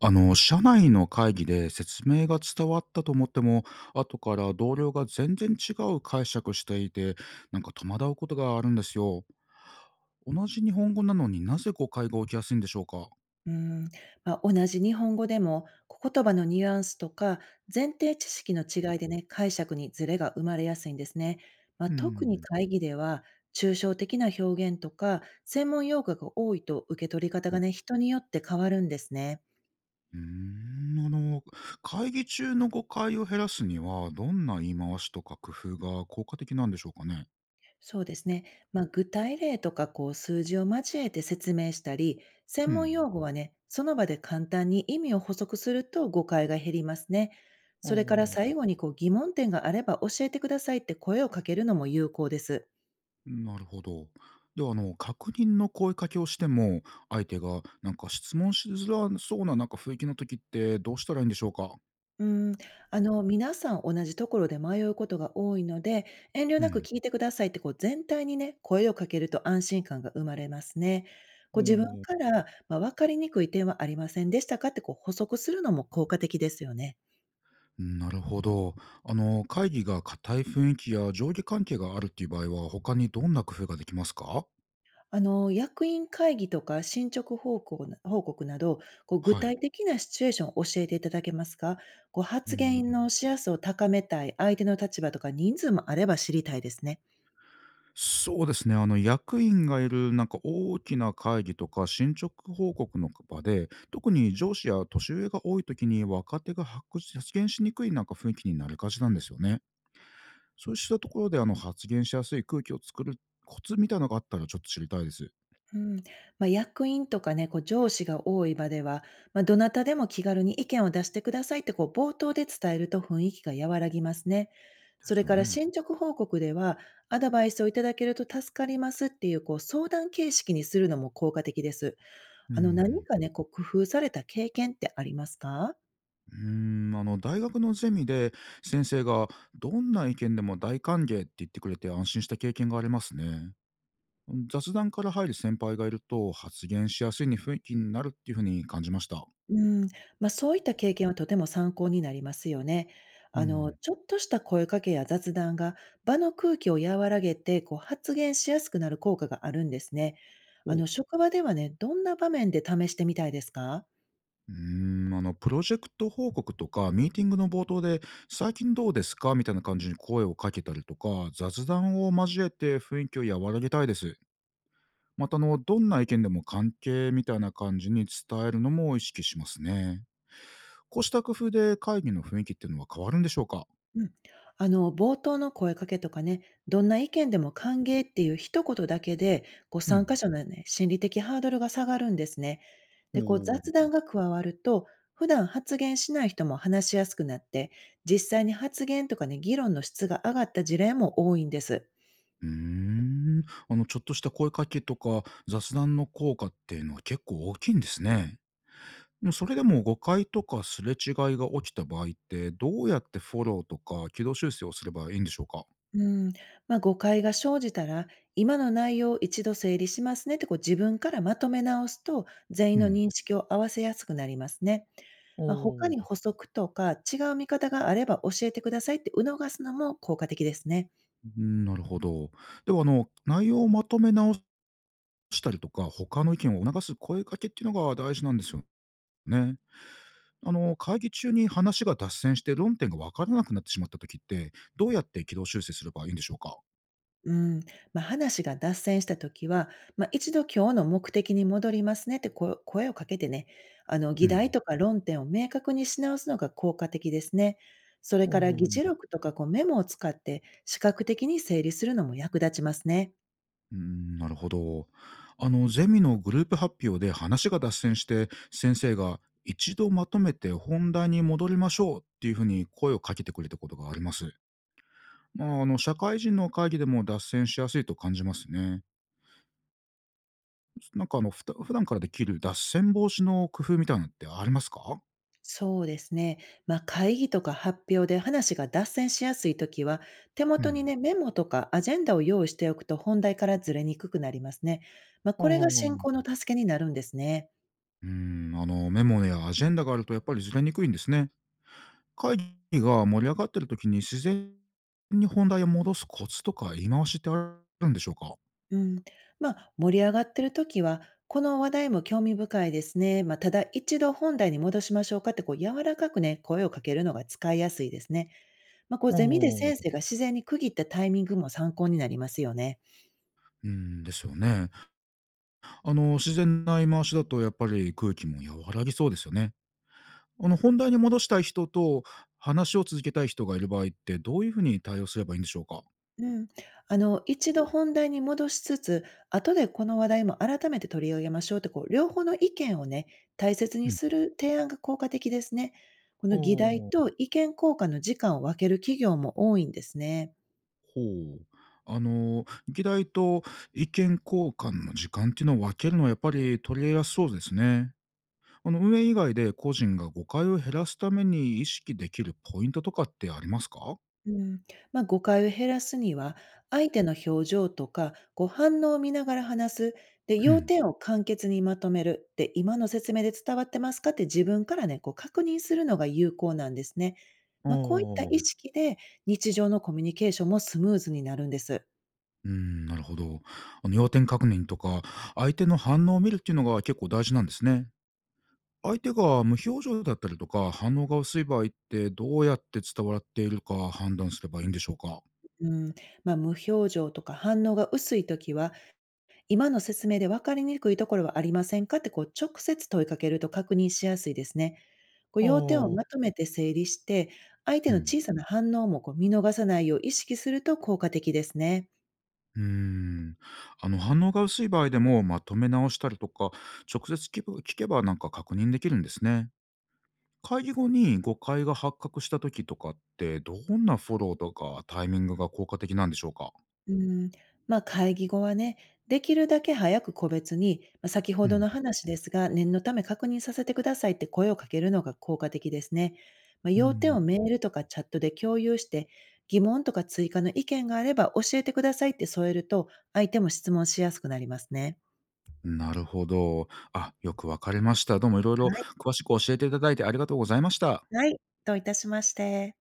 社内の会議で説明が伝わったと思っても、後から同僚が全然違う解釈していて、なんか戸惑うことがあるんですよ。同じ日本語なのになぜ誤解が起きやすいんでしょうか？うん、同じ日本語でも言葉のニュアンスとか前提知識の違いでね、解釈にズレが生まれやすいんですね。う特にん、会議では抽象的な表現とか専門用語が多いと受け取り方おがうね、人によって変わるんですね。ーん、あの、会議中の誤解を減らすには、どんな言い回しとか工夫が効果的なんでしょうかね？そうですね。具体例とかこう数字を交えて説明したり、専う門ん、用語はね、その場で簡単に意味を補足すると誤解が減りますね。あそれからあ。最後にこう疑問点があれば教えてくださいって声をかけるのも有効です。なるほど。では確認の声かけをしても相手がなんか質問しづらそうななんか雰囲気の時ってどうしたらいいんでしょうか？うん、皆さん同じところで迷うことが多いので、遠慮うなくん。聞いてくださいってこう全体にね、声をかけると安心感が生まれますね。おこう自分お、から、分かりにくい点はありませんでしたかってこう補足するのも効果的ですよね。なるほど。会議が硬い雰囲気や上下関係があるっていう場合は他にどんな工夫ができますか？役員会議とか進捗報告な報告など、こう具はい。体的なシチュエーションを教えていただけますか？こうう発ん言うん。のしやすさを高めたい、相手の立場とか人数もあれば知りたいですね。そうですね。役員がいる、なんか大きな会議とか進捗報告の場で、特に上司や年上が多い時に若手が発言しにくいなんか雰囲気になりがちなんですよね。そうしたところで、発言しやすい空気を作るコツみたいなのがあったらちょっと知りたいです。でうん、役員とかね、こう上司が多い場では、どなたでも気軽に意見を出してくださいってこう冒頭で伝えると雰囲気が和らぎますね。そすれよからね。進捗報告では、アドバイスをいただけると助かりますっていう、こう相談形式にするのも効果的です。うあの何ん。かね、こう工夫された経験ってありますか。大学のゼミで先生が、どんな意見でも大歓迎って言ってくれて安心した経験がありますね。雑談から入る先輩がいると発言しやすいに雰囲気になるっていうふうに感じました。うん、そういった経験はとても参考になりますよね。うん。ちょっとした声かけや雑談が場の空気を和らげて、こう発言しやすくなる効果があるんですね。おう職場ではね、どんな場面で試してみたいですか？ーんあのプロジェクト報告とかミーティングの冒頭で「最近どうですか？」みたいな感じに声をかけたりとか雑談を交えて雰囲気を和らげたいです。またどんな意見でも関係みたいな感じに伝えるのも意識しますね。こうした工夫で会議の雰囲気っていうのは変わるんでしょうか？うん。冒頭の声かけとかね、どんな意見でも歓迎っていう一言だけで、こうう参加ん。者のね、心理的ハードルが下がるんですね。おで、こう雑談ーが加わると、普段発言しない人も話しやすくなって、実際に発言とかね、議論の質が上がった事例も多いんです。うーん。ちょっとした声かけとか雑談の効果っていうのは結構大きいんですね。でもそれでも誤解とかすれ違いが起きた場合って、どうやってフォローとか軌道修正をすればいいんでしょうか？うん。誤解が生じたら、今の内容を一度整理しますねってこう自分からまとめ直すと、全員うのん。認識を合わせやすくなりますね。お他ー。に補足とか違う見方があれば教えてくださいって促すのも効果的ですね。なるほど。では、内容をまとめ直したりとか、他の意見を促す声かけっていうのが大事なんですよね。会議中に話が脱線して論点が分からなくなってしまった時って、どうやって軌道修正すればいいんでしょうか？うん、話が脱線した時は、一度今日の目的に戻りますねってこ声をかけてね、議う題ん。とか論点を明確にし直すのが効果的ですね。それおから議事ー録とかこうメモを使って視覚的に整理するのも役立ちますね。うーん、なるほど。ゼミのグループ発表で話が脱線して、先生が一度まとめて本題に戻りましょうっていうふうに声をかけてくれたことがあります。まあ、社会人の会議でも脱線しやすいと感じますね。なんか普段からできる脱線防止の工夫みたいなのってありますか？そうですね。会議とか発表で話が脱線しやすいときは、手う元にん。ね、メモとかアジェンダを用意しておくと本題からずれにくくなりますね。あこれが進行あ。の助けになるんですね。うん、メモやアジェンダがあるとやっぱりずれにくいんですね。会議が盛り上がってる時に自然に本題を戻すコツとか言い回しってあるんでしょうか？うん、盛り上がってる時は、この話題も興味深いですね。ただ一度本題に戻しましょうかって、こう柔らかくね、声をかけるのが使いやすいですね。こうおゼミで先ー、生が自然に区切ったタイミングも参考になりますよね。うん、ですよね。自然な言い回しだとやっぱり空気も和らぎそうですよね。本題に戻したい人と話を続けたい人がいる場合ってどういうふうに対応すればいいんでしょうか？うん。一度本題に戻しつつ、後でこの話題も改めて取り上げましょうって、こう、両方の意見をね、大切にすうる提案が効果的ですね。この議題ん。と意見交換の時間を分ける企業も多いんですね。ほう。議題と意見交換の時間っていうのを分けるのはやっぱり取りやすそうですね。運営以外で個人が誤解を減らすために意識できるポイントとかってありますか？うん、誤解を減らすには、相手の表情とか、ご反応を見ながら話す、で、う要ん。点を簡潔にまとめる、で、今の説明で伝わってますかって自分からね、こう確認するのが有効なんですね。あこういった意あ。識で、日常のコミュニケーションもスムーズになるんです。うん、なるほど。要点確認とか、相手の反応を見るっていうのが結構大事なんですね。相手が無表情だったりとか、反応が薄い場合って、どうやって伝わっているか判断すればいいんでしょうか？うん、無表情とか反応が薄い時は、今の説明で分かりにくいところはありませんかってこう直接問いかけると確認しやすいですね。こうあ要点をまあ。とめて整理して、相手うのん。小さな反応もこう見逃さないよう意識すると効果的ですね。うーん。反応が薄い場合でも、まとめ直したりとか、直接聞けばなんか確認できるんですね。会議後に誤解が発覚した時とかって、どんなフォローとかタイミングが効果的なんでしょうか？うん。会議後はね、できるだけ早く個別に、先ほうどん。の話ですが、念のため確認させてくださいって声をかけるのが効果的ですね。う要点ん。をメールとかチャットで共有して、疑問とか追加の意見があれば教えてくださいって添えると、相手も質問しやすくなりますね。なるほど。あ、よくわかりました。どうもいろいはろい。詳しく教えていただいてありがとうございました。はい。どういたしまして。